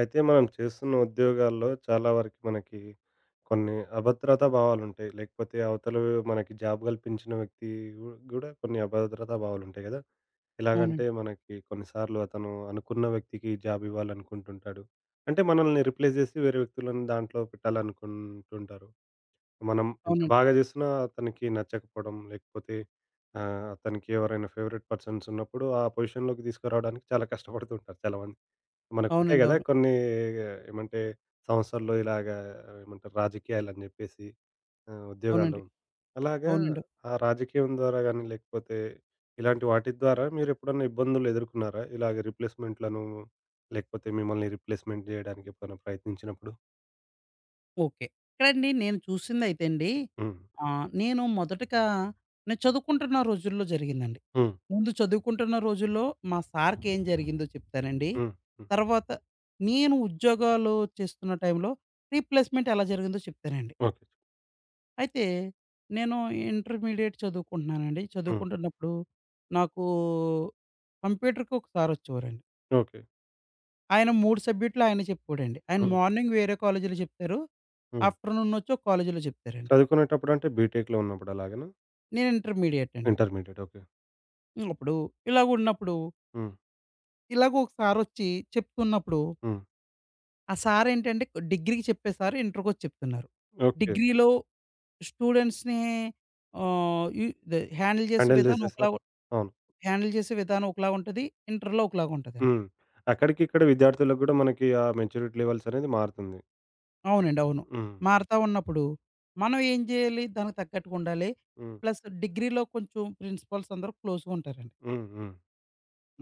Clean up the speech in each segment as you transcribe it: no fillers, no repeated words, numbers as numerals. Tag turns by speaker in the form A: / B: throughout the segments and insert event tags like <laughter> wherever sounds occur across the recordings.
A: అయితే మనం చేస్తున్న ఉద్యోగాల్లో చాలా వరకు మనకి కొన్ని అభద్రతా భావాలుంటాయి. లేకపోతే అవతల మనకి జాబ్ కల్పించిన వ్యక్తి గూడా కొన్ని అభద్రతా భావాలుంటాయి గదా!
B: అవునండి.
A: ఎలాగంటే మనకి కొన్ని సార్లు అతను అనుకున్న వ్యక్తికి జాబ్ ఇవ్వాలనుకుంటుంటాడు. అంటే మనల్ని రిప్లేస్ జేసి వేరే వ్యక్తులను దాంట్లో పెట్టాలనుకుంటుంటారు. మనం ఎంత
B: అవునండి.
A: బాగా జేసినా అతనికి నచ్చకపోవడం లేకపోతే అతనికి ఎవరైనా ఫేవరెట్ పర్సన్స్ ఉన్నప్పుడు ఆ పొజిషన్‌లోకి తీసుకురావడానికి చాలా కష్టపడుతుంటారు చాలామంది. మనకుంటాయి
B: అవునండి.
A: గదా!
B: అవును.
A: కొన్ని ఏమంటే సంస్థల్లో ఇలాగా ఏమంటారు రాజకీయాలని జెప్పేసి
B: అవునండి.
A: ఉద్యోగాల్లో. అలాగా
B: అవునండి.
A: ఆ రాజకీయం ద్వారా గానీ, లేకపోతే ఇలాంటి వాటి ద్వారా మీరెప్పుడన్నా ఇబ్బందులు ఎదుర్కొన్నారా? ఇలాగ రీప్లేస్‌మెంట్‌లను లేకపోతే మిమ్మల్ని రీప్లేస్‌మెంట్ జేయడానికి ఎప్పుడైనా ప్రయత్నించినప్పుడు?
B: ఓకే. ఇక్కడండి నేను చూసిందైతే అండి
A: హ్మ్.
B: నేను మొదటగా నేను చదువుకుంటున్న రోజుల్లో జరిగిందండి.
A: హ్మ్.
B: ముందు చదువుకుంటున్న రోజుల్లో మా సార్‌కేం జరిగిందో చెప్తానండి.
A: హ్మ్. హ్మ్.
B: తర్వాత నేను ఉద్యోగాలు చేస్తున్న టైంలో రీప్లేస్‌మెంట్ ఎలా జరిగిందో చెప్తానండి.
A: ఓకే.
B: అయితే నేను ఇంటర్మీడియేట్ చదువుకుంటున్నానండి.
A: హ్మ్.
B: చదువుకుంటున్నప్పుడు నాకు కంప్యూటర్‌కి ఒక సారొచ్చేవారండి.
A: ఓకే.
B: ఆయన 3 సబ్జెక్టులు ఆయన చెప్పుకోడండి. ఆయన
A: హ్మ్.
B: మార్నింగ్ వేరే కాలేజీలో చెప్తారు.
A: హ్మ్.
B: ఆఫ్టర్‌నూన్ వచ్చి ఒక కాలేజీలో చెప్తారండి.
A: చదువుకునేటప్పుడంటే బీటెక్‌లో ఉన్నప్పుడు అలాగనా?
B: నేను ఇంటర్మీడియేట్ అండి.
A: ఇంటర్మీడియేట్. ఓకే.
B: హ్మ్. అప్పుడు ఇలాగున్నప్పుడు
A: హ్మ్.
B: ఇలాగ ఒక సారొచ్చి చెప్తున్నప్పుడు,
A: హ్మ్.
B: ఆ సారేంటంటే డిగ్రీకి చెప్పే సారు ఇంటర్‌కొచ్చి చెప్తున్నారు.
A: ఓకే.
B: డిగ్రీలో స్టూడెంట్స్‌ని ఆహ్, ఈ ద హ్యాండిల్ చేసే
A: హ్యాండిల్
B: విధానం
A: జేసేసారు.
B: ఒకలాగా
A: అవును.
B: హ్యాండిల్ చేసే విధానం ఒకలాగుంటది. ఇంటర్‌లో ఒకలాగుంటదండి.
A: హ్మ్. అక్కడికిక్కడ విద్యార్థులకు గూడా మనకి ఆ మెచ్యూరిటీ లెవెల్స్ అనేది మారుతుంది.
B: అవునండి. అవును.
A: హ్మ్.
B: మారతా ఉన్నప్పుడు మనం ఏం చేయాలి? దానికి తగ్గట్టుగా ఉండాలి.
A: హ్మ్.
B: ప్లస్ డిగ్రీలో కొంచెం ప్రిన్సిపల్స్ అందరూ క్లోజ్‌గా ఉంటారండి.
A: హ్మ్. హ్మ్.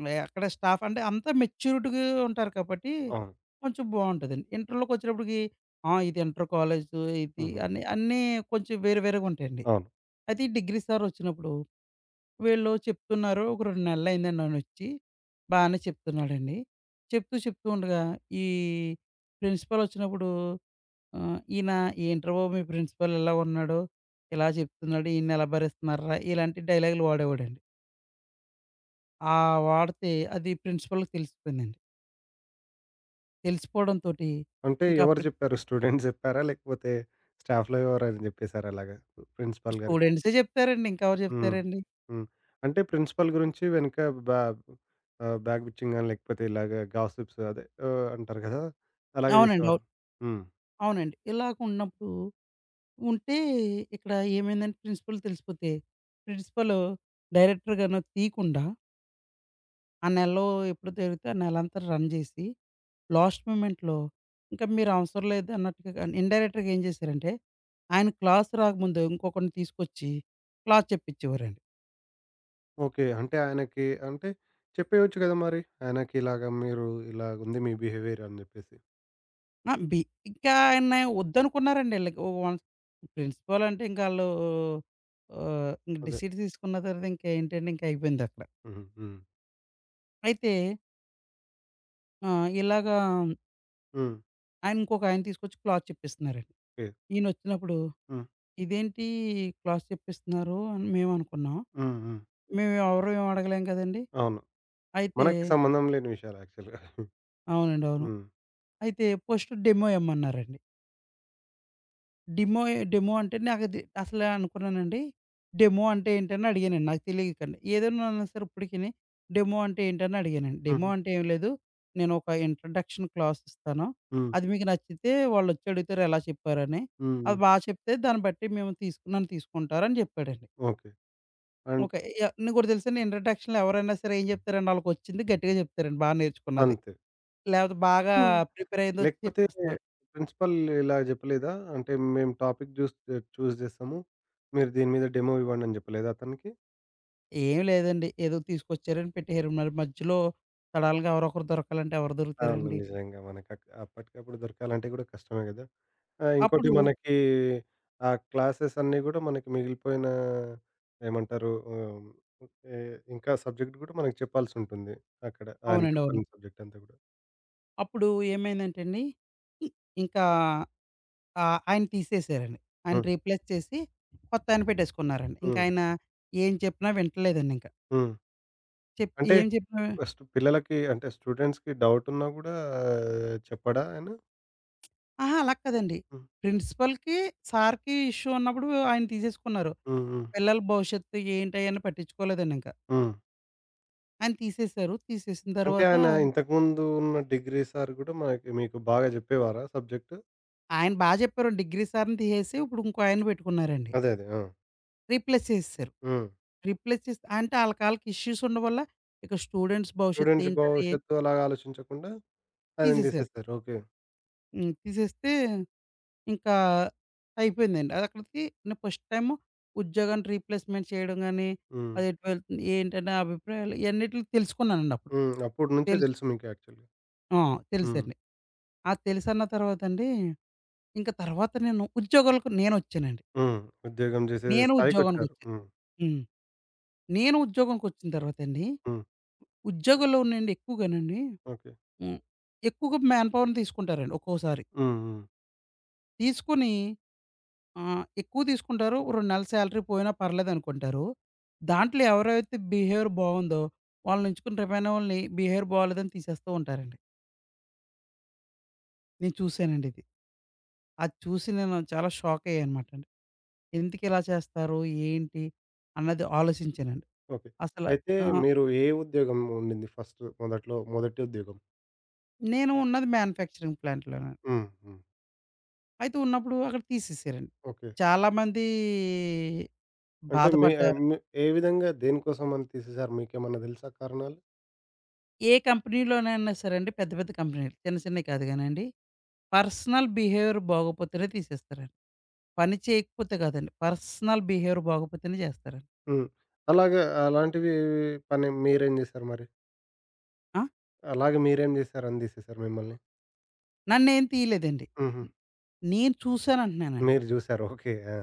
B: మే అక్కడ స్టాఫ్ అంటే అంతా మెచ్యూరిటీగా ఉంటారు కాబట్టి
A: అవును.
B: కొంచెం బావుంటదండి. ఇంటర్‌లోకొచ్చేటప్పటికి ఆ! ఇది ఇంటర్ కాలేజు ఇది
A: హుహు.
B: అని అన్నీ కొంచెం వేరు వేరుగా ఉంటాయండి.
A: అవును.
B: అయితే ఈ డిగ్రీ సార్ వచ్చినప్పుడు వీళ్ళు చెప్తున్నారు. ఒక 2 నెలలయిందండి ఆయనొచ్చి. బానే చెప్తున్నాడండి. చెప్తూ చెప్తూ ఉండగా ఈ ప్రిన్సిపల్ వచ్చినప్పుడు ఈయన ఏంట్రా బాబు! మీ ప్రిన్సిపల్ ఇలా ఉన్నాడు, ఇలా చెప్తున్నాడు, ఈయన్ని ఎలా భరిస్తున్నార్రా? ఇలాంటి డైలాగులు వాడేవాడండి. ఆ వాడితే అది ప్రిన్సిపల్‌కి తెలిసిపోయిందండి. తెలిసిపోవడంతోటి
A: అంటే
B: ఇంకా
A: ఎవరు
B: అప్పుడు
A: జెప్పారు? స్టూడెంట్స్ జెప్పారా? లేకపోతే స్టాఫ్‌లో ఎవరైనా జెప్పేసారా అలాగా? ప్రిన్సిపల్ గారికి?
B: స్టూడెంట్సే చెప్తారండి. ఇంకెవరు
A: హ్మ్.
B: చెప్తారండి?
A: హ్మ్. అంటే ప్రిన్సిపల్ గురించి వెనక బ్యా బ్యాక్ బిచ్చింగ్ గాని లేకపోతే ఇలాగ గాసిప్స్ అదే అంటారు గదా! అలాగే
B: అవునండి. అవును.
A: జేసేవారు. హ్మ్.
B: అవునండి. ఇలాగ ఉన్నప్పుడు ఉంటే ఇక్కడ ఏమైందంటే ప్రిన్సిపల్ తెలిసిపోతే, ప్రిన్సిపల్ డైరెక్టర్ గారు తీయకుండా ఆ నెలలో ఎప్పుడు తిరిగితే ఆ నెలంతా రన్ చేసి లాస్ట్ మూమెంట్‌లో ఇంకా మీరు అవసరం లేదు అన్నట్టుగా గాని ఇండైరెక్ట్‌గా ఏం చేశారంటే, ఆయన క్లాస్ రాకముందు ఇంకొకడిని తీసుకొచ్చి క్లాస్ చెప్పించేవారండి.
A: ఓకే. అంటే ఆయనకి అంటే చెప్పేయొచ్చు గదా! మరి ఆయనకి ఇలాగ మీరు ఇలాగుంది మీ బిహేవియర్ అని జెప్పేసి.
B: ఆ! బి ఇంకా ఆయన్ని వద్దనుకున్నారండి ఈళ్ళకి. ఓ వన్స్ ప్రిన్సిపల్ అంటే ఇంక ఆళ్ళు ఇంక
A: అదే.
B: డిసీడ్ తీసుకున్న తర్వాత ఇంక ఏంటంటే ఇంక అయిపోయిందక్కడ.
A: హుహు. హ్మ్.
B: అయితే ఇలాగా
A: హ్మ్.
B: ఆయన ఇంకొక ఆయన తీసుకొచ్చి క్లాస్ చెప్పిస్తున్నారండి.
A: లేదు.
B: ఈయనొచ్చినప్పుడు,
A: హ్మ్.
B: "ఇదేంటి క్లాస్ చెప్పిస్తున్నారు" అని మేమనుకున్నాం.
A: హ్మ్. హ్మ్.
B: మేమెవరు ఏమి అడగలేం కదండీ!
A: అవును.
B: అయితే
A: మనకి సంబంధం లేని విషయాలు యాక్చువల్‌గా.
B: అవునండి. అవును.
A: హ్మ్.
B: అయితే ఫస్ట్ డెమో ఇమ్మన్నారండి. డెమో డెమో అంటే నాకది అసలు అనుకున్నానండి. డెమో అంటే ఏంటని అడిగానండి. నాకు తెలియకండి. ఏదైనా అన్నా సరే ఇప్పటికిని డెమో అంటే ఏంటని అడిగానండి. డెమో
A: హుహు.
B: అంటే ఏం లేదు. నేను ఒక ఇంట్రడక్షన్ క్లాస్ ఇస్తాను.
A: హ్మ్.
B: అది మీకు నచ్చితే వాళ్ళొచ్చి అడుగుతారు ఎలా చెప్పారని.
A: హ్మ్.
B: అది
A: హ్మ్.
B: బా చెప్తే దాన్ని బట్టి మేము తీసుకు నన్ను తీసుకుంటారని చెప్పాడండి.
A: ఓకే. అంట్
B: ఓకే. య నీకు ఒకటి తెలుసండి ఇంట్రడక్షన్‌లో ఎవరైనా సరే ఏం చెప్తారండి ఆళ్ళకొచ్చింది గట్టిగా చెప్తారండి. బా నేర్చుకున్నది.
A: అంతే.
B: లేపోతే బాగా
A: హ్మ్.
B: ప్రిపేర్ అయ్యిందొచ్చి
A: లేకపోతే
B: చెప్పేస్తారు.
A: ప్రిన్సిపల్ ఇలా చెప్పలేదా? అంటే మేము టాపిక్ చూస్ జేస్తాము. మీరు దీని మీద డెమో ఇవ్వండి అని చెప్పలేదా అతనికి?
B: ఏం లేదండి. ఏదో తీసుకొచ్చారని పెట్టేసారు. మరి మధ్యలో సడెన్‌గా ఎవరో ఒకరు దొరకాలంటే ఎవరు
A: అవును.
B: దొరుకుతారండి?
A: నిజంగా మనకు అప్పటికప్పుడు దొరకాలంటే గూడా కష్టమే గదా! ఆ! హ్మ్. ఇంకోటి
B: అప్పుడు
A: మనకి ఆ క్లాసెస్ అన్నీ గూడా మనకి మిగిలిపోయిన ఏమంటారు? ఆహ్, ఎ ఇంకా సబ్జెక్ట్ గూడా మనకు చెప్పాల్సుంటుంది. అక్కడ ఆయన
B: అవునండి. అవును.
A: చెప్పని సబ్జెక్ట్ అంతా గూడా.
B: అప్పుడు ఏమైందంటే అండి, ఇ ఇంకా ఆయన తీసేసారండి. ఆయన
A: హ్మ్.
B: రీప్లేస్ చేసి కొత్తాయన పెట్టేసుకున్నారండి.
A: హ్మ్.
B: ఇంకాయన ఏం చెప్పినా వింటలేదండి ఇంక.
A: హ్మ్. అంటే
B: ఏం చెప్పినా
A: ఫస్ట్ పిల్లలకి అంటే స్టూడెంట్స్‌కి డౌట్ ఉన్నా గూడా చెప్పడా ఆయన?
B: అహా! అలా కాదండి.
A: హ్మ్.
B: ప్రిన్సిపల్‌కి, సార్‌కి ఇష్యూ ఉన్నప్పుడు ఆయన తీసేసుకున్నారు.
A: హ్మ్. హ్మ్.
B: పిల్లల భవిష్యత్తు ఏంటి అయన్నీ పట్టించుకోలేదండి ఇంక.
A: హ్మ్.
B: ఆయన తీసేసారు. తీసేసిన
A: అంటే
B: తర్వాత
A: ఆయన ఇంతకుముందు ఉన్న డిగ్రీ సార్ గూడా మనకి మీకు బాగా జెప్పేవారా సబ్జెక్ట్?
B: ఆయన బా జెప్పారండి. డిగ్రీ సార్‌ని తీసేసి ఇప్పుడు ఇంకో ఆయన్ని పెట్టుకున్నారండి.
A: అదే. అదే. ఆ!
B: రీప్లేస్ చేసేసారు.
A: హ్మ్.
B: రీప్లేస్ చేస్తే అంటే ఆళ్ళకాళ్ళకి ఇష్యూస్ ఉండడం వల్ల ఇక స్టూడెంట్స్ భవిష్యత్తు
A: స్టూడెంట్స్
B: ఏంటని
A: భవిష్యత్తు అలాగా ఆలోచించకుండా ఆయనని
B: తీసేసారు.
A: తీసేసారు. ఓకే.
B: హ్మ్. తీసేస్తే ఇంకా అయిపోయిందండి. అదక్కడికి నేను ఫస్ట్ టైము ఉద్యోగాన్ని రీప్లేస్‌మెంట్ చేయడం గాని,
A: హ్మ్.
B: అది ఎటు వెళ్తుంది? ఏంటనే అభిప్రాయాలు ఇయన్నిటిని తెలుసుకున్నానండి అప్పుడు.
A: హ్మ్. అప్పటి నుంచే
B: తెలుసు
A: తెలుసు మీకు యాక్చువల్‌గా.
B: ఆ!
A: హ్మ్.
B: తెలుసండి. ఆ తెలుసన్న తర్వాతండి, ఇంక తర్వాత నేను ఉద్యోగాలకు నేనొచ్చానండి.
A: హ్మ్. ఉద్యోగం చేసే
B: నేను
A: స్థాయికొచ్చారు.
B: ఉద్యోగానికొచ్చాను.
A: హ్మ్.
B: హ్మ్. నేను ఉద్యోగంకొచ్చిన తర్వాతండి,
A: హ్మ్.
B: ఉద్యోగంలో నుండి ఎక్కువగానండి
A: ఓకే.
B: హ్మ్. ఎక్కువగా మ్యాన్ పవర్‌ని తీసుకుంటారండి ఒక్కోసారి.
A: హ్మ్. హ్మ్.
B: తీసుకొని ఎక్కువ తీసుకుంటారు. 2 నెలల సాలరీ పోయినా పర్లేదనుకుంటారు. దాంట్లో ఎవరైతే బిహేవియర్ బావుందో వాళ్ళని ఎంచుకుని రేపయినోళ్ళని బిహేవియర్ బాలేదని తీసేస్తూ ఉంటారండి. నేను చూసానండి ఇది. అది చూసి నేను చాలా షాక్ అయ్యానమాటండి. ఎందుకిలా చేస్తారు? ఏంటి? అన్నది ఆలోచించానండి.
A: ఓకే.
B: అసల
A: అయితే
B: ఆ!
A: మీరు ఏ ఉద్యోగం ఉండింది ఫస్ట్ మొదట్లో మొదటి ఉద్యోగం?
B: నేను ఉన్నది మ్యానుఫ్యాక్చరింగ్ ప్లాంట్‌లోనండి.
A: హ్మ్. హ్మ్.
B: అయితే ఉన్నప్పుడు అక్కడ తీసేసారండి.
A: ఓకే.
B: చాలామంది
A: అంటే మీ
B: బాధపడ్డారు.
A: మీ ఏ విధంగా దేనికోసమని తీసేసారు? మీకేమన్నా తెలుసా కారణాలు?
B: ఏ కంపెనీలోనైనా సరే అండి పెద్ద, పెద్ద కంపెనీలు చిన్న, చిన్నవి కాదు గానండి. పర్సనల్ బిహేవియర్ బాగోపోతేనే తీసేస్తారండి. పని చేయకపోతే కాదండి. పర్సనల్ బిహేవియర్ బాగోపోతేనే చేస్తారండి.
A: హ్మ్. అలాగా అలాంటివి పని మీరేం చేశారు మరి?
B: ఆ!
A: అలాగే మీరేం చేశారని తీసేసారు మిమ్మల్ని?
B: నన్నేం తీయలేదండి.
A: హుహు.
B: నేను చూసానంటున్నానండి.
A: మీరు జూసారు. ఓకే. ఆ!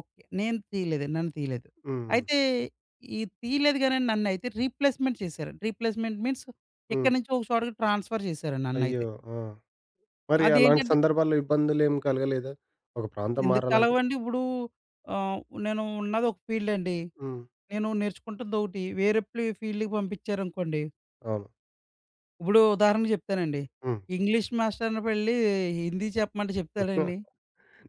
B: ఓకే. నేను తీయలేదండి. నన్ను తీయలేదు.
A: హ్మ్.
B: అయితే ఈ తీయలేదు గానండి నన్నయితే రీప్లేస్‌మెంట్ చేశారండి. Replacement means
A: hmm.
B: ఇక్కడి నుంచి ఒక చోటకి ట్రాన్స్‌ఫర్ చేశారండి నన్నయితే.
A: అయ్యో! ఆ! మరి అలాంటి
B: అదేంటంటే
A: సందర్భాల్లో ఇబ్బందులేం కలగలేదా? ఒక ప్రాంతం
B: ఎందుకు
A: మారాలంటే
B: కలవండి? ఇప్పుడు ఆహ్, నేను ఉన్నది ఒక ఫీల్డ్ అండి.
A: హ్మ్.
B: నేను నేర్చుకుంటుందొకటి. వేరే ఫీల్డ్‌కి పంపించారనుకోండి.
A: అవును.
B: ఇప్పుడు ఉదాహరణకు చెప్తానండి.
A: హ్మ్. చెప్పు.
B: ఇంగ్లీష్ మాస్టర్‌ని వెళ్లి హిందీ చెప్పమంటే
A: <laughs>
B: చెప్తాడండి?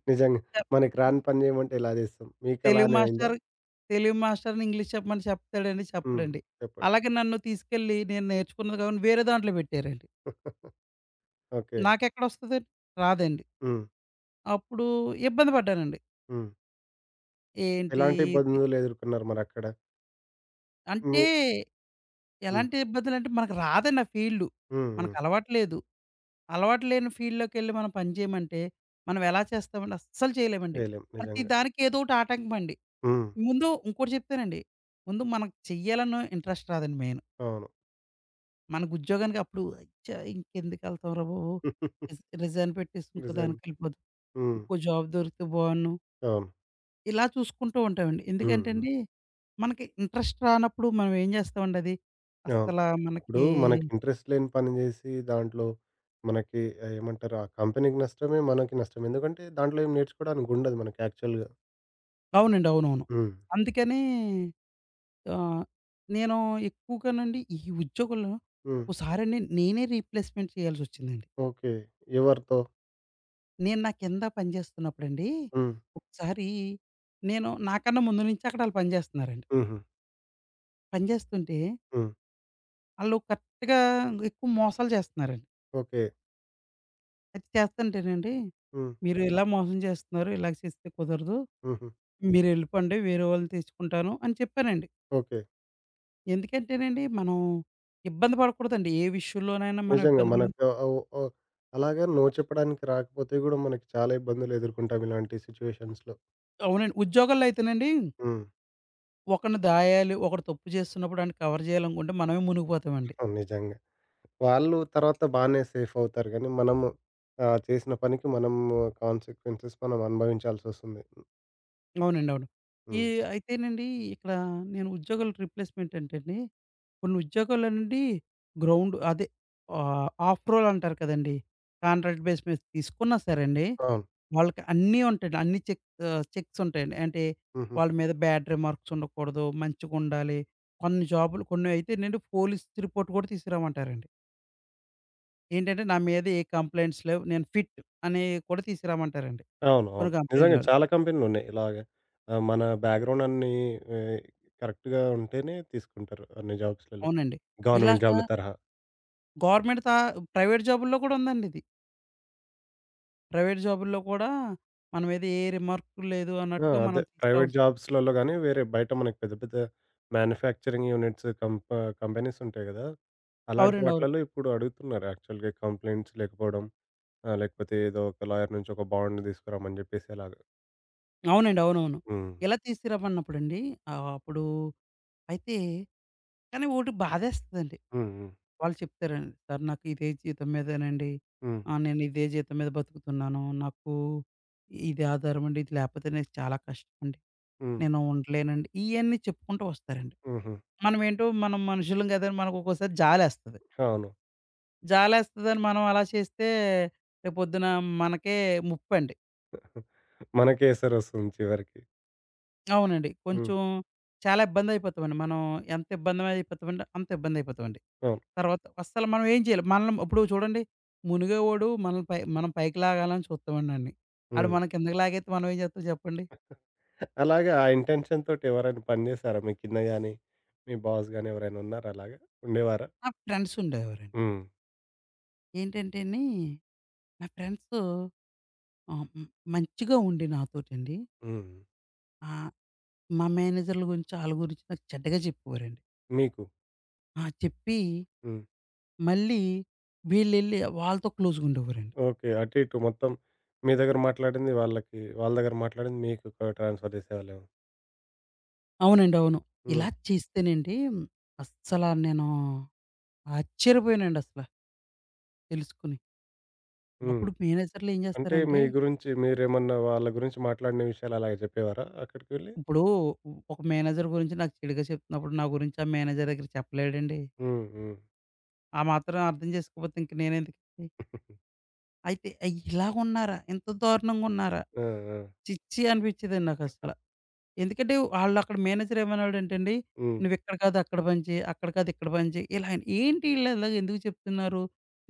A: నిజంగా.
B: చెప్
A: మనకి రాని పని చేయమంటే ఎలా చేస్తాం.
B: తెలుగు
A: మీకలానే అయిందా?
B: మాస్టర్ తెలుగు మాస్టర్‌ని ఇంగ్లీష్ చెప్పమంటే చెప్తాడండి?
A: హ్మ్.
B: చెప్పడండి.
A: చెప్పండి.
B: అలాగే నన్ను తీసుకెళ్ళి నేను నేర్చుకున్నది కాకుండా వేరే దాంట్లో పెట్టారండి.
A: <laughs> ఓకే.
B: నాకెక్కడొస్తదండి? రాదండి.
A: హ్మ్.
B: అప్పుడు ఇబ్బంది పడ్డానండి.
A: హ్మ్.
B: ఏంటి
A: ఎలాంటి
B: ఇది?
A: ఇబ్బందులు ఎదుర్కొన్నారు మరక్కడ?
B: అంటే
A: మీ హ్మ్.
B: ఎలాంటి ఇబ్బందులంటే మనకు రాదండి ఆ ఫీల్డ్.
A: హ్మ్.
B: మనకు
A: హ్మ్.
B: అలవాటు లేదు. అలవాటు లేని ఫీల్డ్‌లోకెళ్ళి మనం పని చేయమంటే, మనం ఎలా చేస్తామండి? అస్సలు చేయలేమండి.
A: చేయలేం
B: ప్రతి
A: నిజంగా.
B: దానికి ఏదో ఒకటి ఆటంకమండి.
A: హ్మ్.
B: ముందు ఇంకోటి చెప్తానండి. ముందు మనకు చెయ్యాలన్న ఇంట్రెస్ట్ రాదండి మెయిన్.
A: అవును.
B: మనకు ఉద్యోగానికి అప్పుడు అచ్చా! ఇంకెందుకెళ్తాంరా బాబు!
A: <laughs>
B: రిజైన్ పెట్టేసి ఇంకో
A: నిజంగా.
B: దానికెళ్ళిపోదాం.
A: హ్మ్.
B: ఇంకో జాబ్ దొరికితే బావున్ను.
A: అవును.
B: ఇలా చూసుకుంటూ ఉంటామండి.
A: హ్మ్.
B: ఎందుకంటే
A: హ్మ్.
B: అండి, మనకి ఇంట్రెస్ట్ రానప్పుడు మనం ఏం చేస్తామండి అది?
A: అవును.
B: అస్సల
A: ఇప్పుడు
B: మనకి
A: మనకి ఇంట్రెస్ట్ లేని పని జేసి దాంట్లో మనకి ఏమంటారు? ఆ కంపెనీకి నష్టమే, మనకి నష్టమే. ఎందుకంటే దాంట్లో ఏం నేర్చుకోవడానికి ఉండదు మనకి యాక్చువల్‌గా.
B: అవునండి. అవునవును.
A: హ్మ్.
B: అందుకని ఆహ్, నేను ఎక్కువగానండి ఈ ఉద్యోగంలో
A: హ్మ్.
B: ఒక్కోసారండి నేనే రీప్లేస్‌మెంట్ చేయాల్సొచ్చిందండి.
A: ఓకే. ఎవరితో?
B: నేను నా కింద పని చేస్తున్నప్పుడండి,
A: హ్మ్.
B: ఒకసారి నేను నాకన్నా ముందు నుంచి అక్కడ ఆళ్ళు పని చేస్తన్నారండి.
A: హుహు.
B: పని చేస్తుంటే
A: హ్మ్.
B: ఆళ్ళు కరెక్ట్‌గా ఎక్కువ మోసాలు చేస్తన్నారండి.
A: ఓకే.
B: అది చేస్తంటేనండి,
A: హ్మ్.
B: "మీరు ఇలా మోసం చేస్తున్నారు, ఇలాగ చేస్తే కుదరదు.
A: హుహు.
B: మీరెళ్ళిపోండి, వేరే వాళ్ళని తెచ్చుకుంటాను" అని చెప్పానండి.
A: ఓకే.
B: ఎందుకంటేనండి, మనం ఇబ్బంది పడకూడదండి. ఏ విషయంలోనైనా మనం
A: నిజంగా
B: ఇబ్బంది పడ
A: మనకు అలాగే నో చెప్పడానికి రాకపోతే గూడా మనకి చాలా ఇబ్బందులు ఎదుర్కొంటాం ఇలాంటి సిట్యుయేషన్స్‌లో.
B: అవునండి. ఉద్యోగాల్లో అయితేనండి,
A: హ్మ్.
B: ఒకడిని దాయాలి, ఒకడు తప్పు చేస్తున్నప్పుడు ఆడిని కవర్ చేయాలనుకుంటే మనమే మునిగిపోతామండి.
A: అవును. నిజంగా. వాళ్ళు తర్వాత బానే సేఫవుతారు గానీ, మనము చేసిన పనికి మనము కాన్సిక్వెన్సెస్ మనం అనుభవించాల్సొస్తుంది.
B: అవునండి. అవును. ఈ
A: హ్మ్.
B: అయితేనండి ఇక్కడ నేను ఉద్యోగాల రీప్లేస్‌మెంట్ అంటే అండి, కొన్ని ఉద్యోగాలనండి గ్రౌండ్ అదే ఆఫ్ రోల్ అంటారు కదండీ! కాంట్రాక్ట్ బేస్ మీద తీసుకున్నా సరే అండి,
A: అవును.
B: వాళ్ళకి అన్నీ ఉంటాయండి. అన్ని చెక్ చెక్స్ ఉంటాయండి. అంటే
A: హుహు.
B: వాళ్ళ మీద బ్యాడ్ రిమార్క్స్ ఉండకూడదు, మంచిగుండాలి. కొన్ని జాబులు కొన్ని అయితేనండి పోలీస్ రిపోర్ట్ కూడా తీసుకురామంటారండి. ఏంటంటే నా మీద ఏ కంప్లెయింట్స్ లేవు. నేను ఫిట్ అనేవి కూడా తీసుకురామంటారండి.
A: అవునవును.
B: కొన్ని
A: నిజంగా
B: కంపెనీల్లోని.
A: చాలా కంపెనీలున్నాయి ఇలాగే. మన బ్యాక్‌గ్రౌండ్ అన్నీ ఆహ్, కరెక్ట్‌గా ఉంటేనే తీసుకుంటారు అన్ని జాబ్స్‌లలో.
B: అవునండి. ఇలాగ
A: గవర్నమెంట్ జాబ్‌ల తరహా.
B: గవర్నమెంట్ తా ప్రైవేట్ జాబుల్లో కూడా ఉందండి ఇది. ప్రైవేట్ జాబుల్లో కూడా మన మీద ఏ రిమార్క్ లేదు
A: ఆ!
B: అన్నట్టుగా మనం
A: అదే. ప్రైవేట్
B: తీసుకురావాల్సి
A: జాబ్స్‌లలో గానీ, వేరే బయట మనకి పెద్ద పెద్ద మ్యానుఫ్యాక్చరింగ్ యూనిట్స్ కంపెనీసుంటాయి గదా! అలాంటి
B: అవునండి. అవును.
A: వాటిలలో ఇప్పుడు అడుగుతున్నారు యాక్చువల్‌గా కంప్లెయింట్స్ లేకపోవడం. ఆ! లేకపోతే ఏదో ఒక లాయర్ నుంచి ఒక బాండ్ తీసుకురమ్మని చెప్పేసి అలాగా.
B: అవునండి. అవునవును.
A: హ్మ్.
B: ఇలా తీసుకురమ్మన్నప్పుడండి అప్పుడు అయితే కానీ ఓటి బాధేస్తదండి.
A: హ్మ్. హ్మ్.
B: వాళ్ళు చెప్తారండి, "సార్ నాకు ఇదే జీతం మీదేనండి.
A: హ్మ్.
B: నేను ఇదే జీతం మీద బతుకుతున్నాను. నాకు ఇది ఆధారం అండి. ఇది లేకపోతే నాకు చాలా కష్టం అండి.
A: హ్మ్.
B: నేను ఉండలేనండి." ఇయన్నీ చెప్పుకుంటూ వస్తారండి.
A: హుహు.
B: మనమేంటో మనం మనుషులం కదండీ! మనకు ఒక్కోసారి జాలేస్తది.
A: అవును.
B: జాలేస్తదని మనం అలా చేస్తే రేపొద్దున మనకే ముప్పండి.
A: మనకే ఎసరొస్తుంది చివరికి.
B: అవునండి.
A: హ్మ్.
B: కొంచెం చాలా ఇబ్బందయిపోతామండి. మనం ఎంత ఇబ్బందయిపోతామంటే అంత ఇబ్బందయిపోతామండి.
A: అవును.
B: తర్వాత అస్సలు మనం ఏం చేయలేం. మనల్ని ఇప్పుడు చూడండి మునిగేవోడు మనల్ని మనం పైకి లాగాలని చూస్తామండండి. ఆడు
A: హ్మ్.
B: మన కిందకి లాగేత్తే మనం ఏం చేత్తాం చెప్పండి?
A: అలాగా ఆ ఇంటెన్షన్‌తోటి ఎవరైనా పని చేసారా? మీ కింద గాని, మీ బాస్ గాని ఎవరైనా ఉన్నారా అలాగా? ఉండేవారా?
B: నాకు ఫ్రెండ్స్ ఉండేవారండి.
A: హ్మ్.
B: ఏంటంటేని నా ఫ్రెండ్సు ఆహ్, హ్మ్. మంచిగా ఉండి నాతోటండి
A: హ్మ్.
B: ఆహ్, మా మేనేజర్ల గురించి ఆళ్ళ గురించి నాకు చెడ్డగా చెప్పేవారండి.
A: మీకు.
B: ఆ! చెప్పి
A: హ్మ్.
B: మళ్ళీ వీళ్ళెళ్ళి వాళ్ళతో క్లోజ్‌గుండేవారండి.
A: ఓకే. అటు ఇటు మొత్తం మీ దగ్గర మాట్లాడింది వాళ్ళకి, వాళ్ళ దగ్గర మాట్లాడింది మీకు ట్రాన్స్‌ఫర్ చేసేవాళ్ళేమో.
B: అవునండి. అవును. ఇలా
A: హ్మ్.
B: చేస్తేనండి అస్సలా నేను ఆశ్చర్యపోయానండి అసల తెలుసుకొని.
A: హ్మ్.
B: అప్పుడు మేనేజర్‌లు ఏం
A: అంటే
B: చేస్తారంటే,
A: మీ గురించి మీరేమన్నా వాళ్ళ గురించి మాట్లాడిన విషయాలు అలాగ చెప్పేవారా అక్కడికి వెళ్ళి?
B: ఇప్పుడు ఒక మేనేజర్ గురించి నాకు చెడుగా చెప్తున్నప్పుడు నా గురించి ఆ మేనేజర్ దగ్గర చెప్పలేడండి.
A: హ్మ్. హ్మ్.
B: ఆ మాత్రం అర్థం చేసుకోకపోతే ఇంక నేనెందుకండి. అయితే ఇలాగున్నారా? ఇంత దారుణంగున్నారా?
A: ఆ! ఆ!
B: ఛీ! ఛీ! అనిపించేదండి నాకసల. ఎందుకంటే ఆళ్ళక్కడ మేనేజర్ ఏమన్నాడంటండి,
A: హ్మ్.
B: "నువ్విక్కడ కాదు అక్కడ పని చేయి, అక్కడ కాదు ఇక్కడ పని చేయి" ఇలా ఆయన ఏంటి ఈళ్ళిలాగ ఎందుకు చెప్తున్నారు?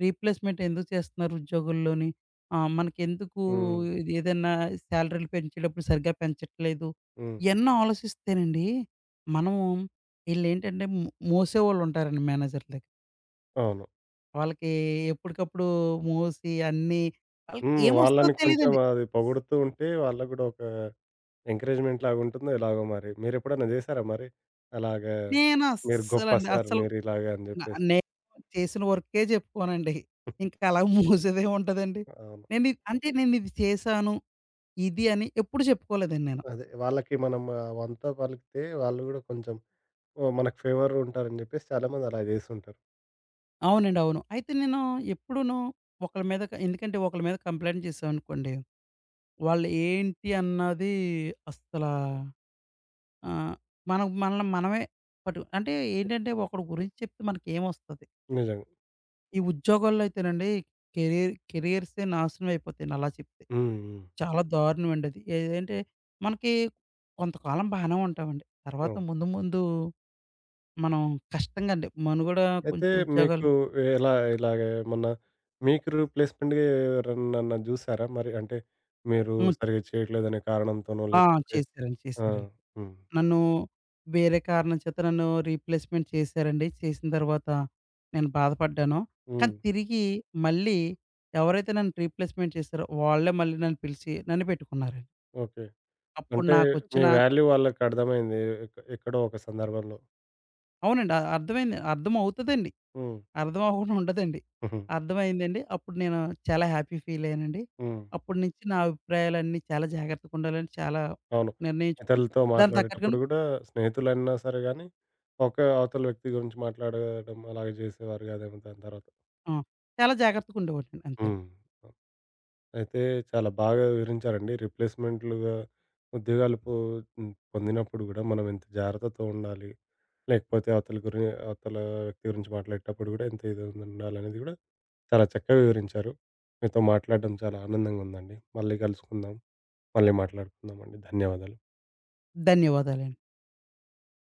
B: రీప్లేస్‌మెంట్ ఎందుకు చేస్తున్నారు ఉద్యోగుల్లోని? మనకెందుకు
A: హ్మ్.
B: ఏదన్నా సాలరీలు పెంచేటప్పుడు సరిగ్గా పెంచట్లేదు.
A: హ్మ్.
B: ఇయన్నీ ఆలోచిస్తేనండి, మనము ఈళ్ళేంటంటే మోసేవాళ్ళుంటారండి మేనేజర్ దగ్గర.
A: అవును.
B: వాళ్ళకి ఎప్పటికప్పుడు మోసి అన్నీ ఆళ్ళకి
A: హ్మ్.
B: ఏమొస్తదో
A: వాళ్ళని కొంచెం
B: తెలీదండి.
A: అది పొగుడుతూ ఉంటే వాళ్ళకి గూడా ఒక ఎంకరేజ్‌మెంట్ లాగుంటుందో ఎలాగో మరి. మీరెప్పుడన్నా జేశారా మరి? అలాగా
B: నేను
A: మీరు గొప్ప
B: అస్సలండి
A: సార్
B: అస్సలు
A: మీరిలాగ అని
B: న
A: జెప్పేసి.
B: నేను చేసిన వర్కే చెప్పుకోనండి. ఇంక అలా మూసేదేముంటదండి.
A: అవును.
B: నేను అంటే నేనిది చేశాను, ఇది అని ఎప్పుడు చెప్పుకోలేదండి నేను.
A: అదే వాళ్ళకి మనం అవంతా పలికితే వాళ్ళు గూడా కొంచెం ఓహ్! మనకు ఫేవర్ ఉంటారని జెప్పేసి చాలామంది అలా జేస్తుంటారు.
B: అవునండి. అవును. అయితే నేను ఎప్పుడూను ఒకళ్ళ మీద ఎందుకంటే ఒకళ్ళ మీద కంప్లెయింట్ చేసామనుకోండి, వాళ్ళు ఏంటి అన్నది అస్సలా ఆహ్, మనం మనల్ని మనమే పట్టు అంటే ఏంటంటే ఒకడి గురించి చెప్తే మనకేమొస్తది?
A: నిజంగా.
B: ఈ ఉద్యోగాల్లో అయితేనండి కెరియర్సే నాశనం అయిపోతాయండి అలా చెప్తే.
A: హ్మ్. హ్మ్.
B: చాలా దారుణమండి అది. ఏదంటే మనకి కొంతకాలం బానే ఉంటామండి. తర్వాత
A: అవును.
B: ముందు ముందు మనం కష్టంగా అండి. మనుగడ
A: అయితే
B: కొంచెం ఉద్యోగాలు
A: మీకు ఎలా ఇలాగ మొన్న మీకు రీప్లేస్‌మెంట్‌గా ఎవరినన్నా జూసారా మరి? అంటే మీరు
B: హ్మ్.
A: సరిగ్గా చేయట్లేదనే కారణంతోనో
B: ఆ!
A: లేకపోతే
B: చేశారండి.
A: ఆ!
B: చేశారండి.
A: హ్మ్.
B: నన్ను వేరే కారణం చేత నన్ను రీప్లేస్‌మెంట్ చేశారండి. చేసిన తర్వాత నేను బాధపడ్డాను. కానీ
A: హ్మ్.
B: తిరిగి మళ్ళీ ఎవరైతే నన్ను రీప్లేస్‌మెంట్ చేశారో వాళ్ళే మళ్ళీ నన్ను పిలిచి నన్ను పెట్టుకున్నారండి.
A: ఓకే.
B: అప్పుడు
A: అంటే మీ
B: నాకొచ్చిన
A: వాల్యూ వాళ్ళకి అర్థమైంది ఎక్కడో ఒక సందర్భంలో.
B: అవునండి. అర్థమైంది. అర్థమవుతదండి.
A: హ్మ్.
B: అర్థం అవ్వకుండా ఉండదండి.
A: హుహు.
B: అర్థమైందండి. అప్పుడు నేను చాలా హ్యాపీ ఫీల్ అయ్యానండి.
A: హ్మ్.
B: అప్పటి నుంచి నా అభిప్రాయాలన్నీ చాలా జాగ్రత్తగుండాలని చాలా
A: అవును.
B: నిర్ణయించుకుని,
A: ఇతరులతో
B: దానికి
A: మాట్లాడేటప్పుడు
B: తగ్గట్టుగాను
A: గూడా స్నేహితులన్నా సరే గానీ, ఒక అవతల వ్యక్తి గురించి మాట్లాడడం అలాగే జేసేవారు గాదేమో దాని తర్వాత.
B: ఆ! చాలా జాగ్రత్తగా ఉండేవాడినండి. అంతేను.
A: హ్మ్. అయితే చాలా బాగా వివరించారండి. రీప్లేస్‌మెంట్‌లుగా ఉద్యోగాలు పొందినప్పుడు గూడా మనం ఎంత జాగ్రత్తతో ఉండాలి. లేకపోతే అవతల అవతల వ్యక్తి గురించి మాట్లాడేటప్పుడు గూడా ఎంత ఇది ఉండాలనేది గూడా చాలా చక్కగా వివరించారు. మీతో మాట్లాడడం చాలా ఆనందంగా ఉందండి. మళ్ళీ కలుసుకుందాం. మళ్ళీ మాట్లాడుకుందామండి. ధన్యవాదాలు.
B: ధన్యవాదాలండి.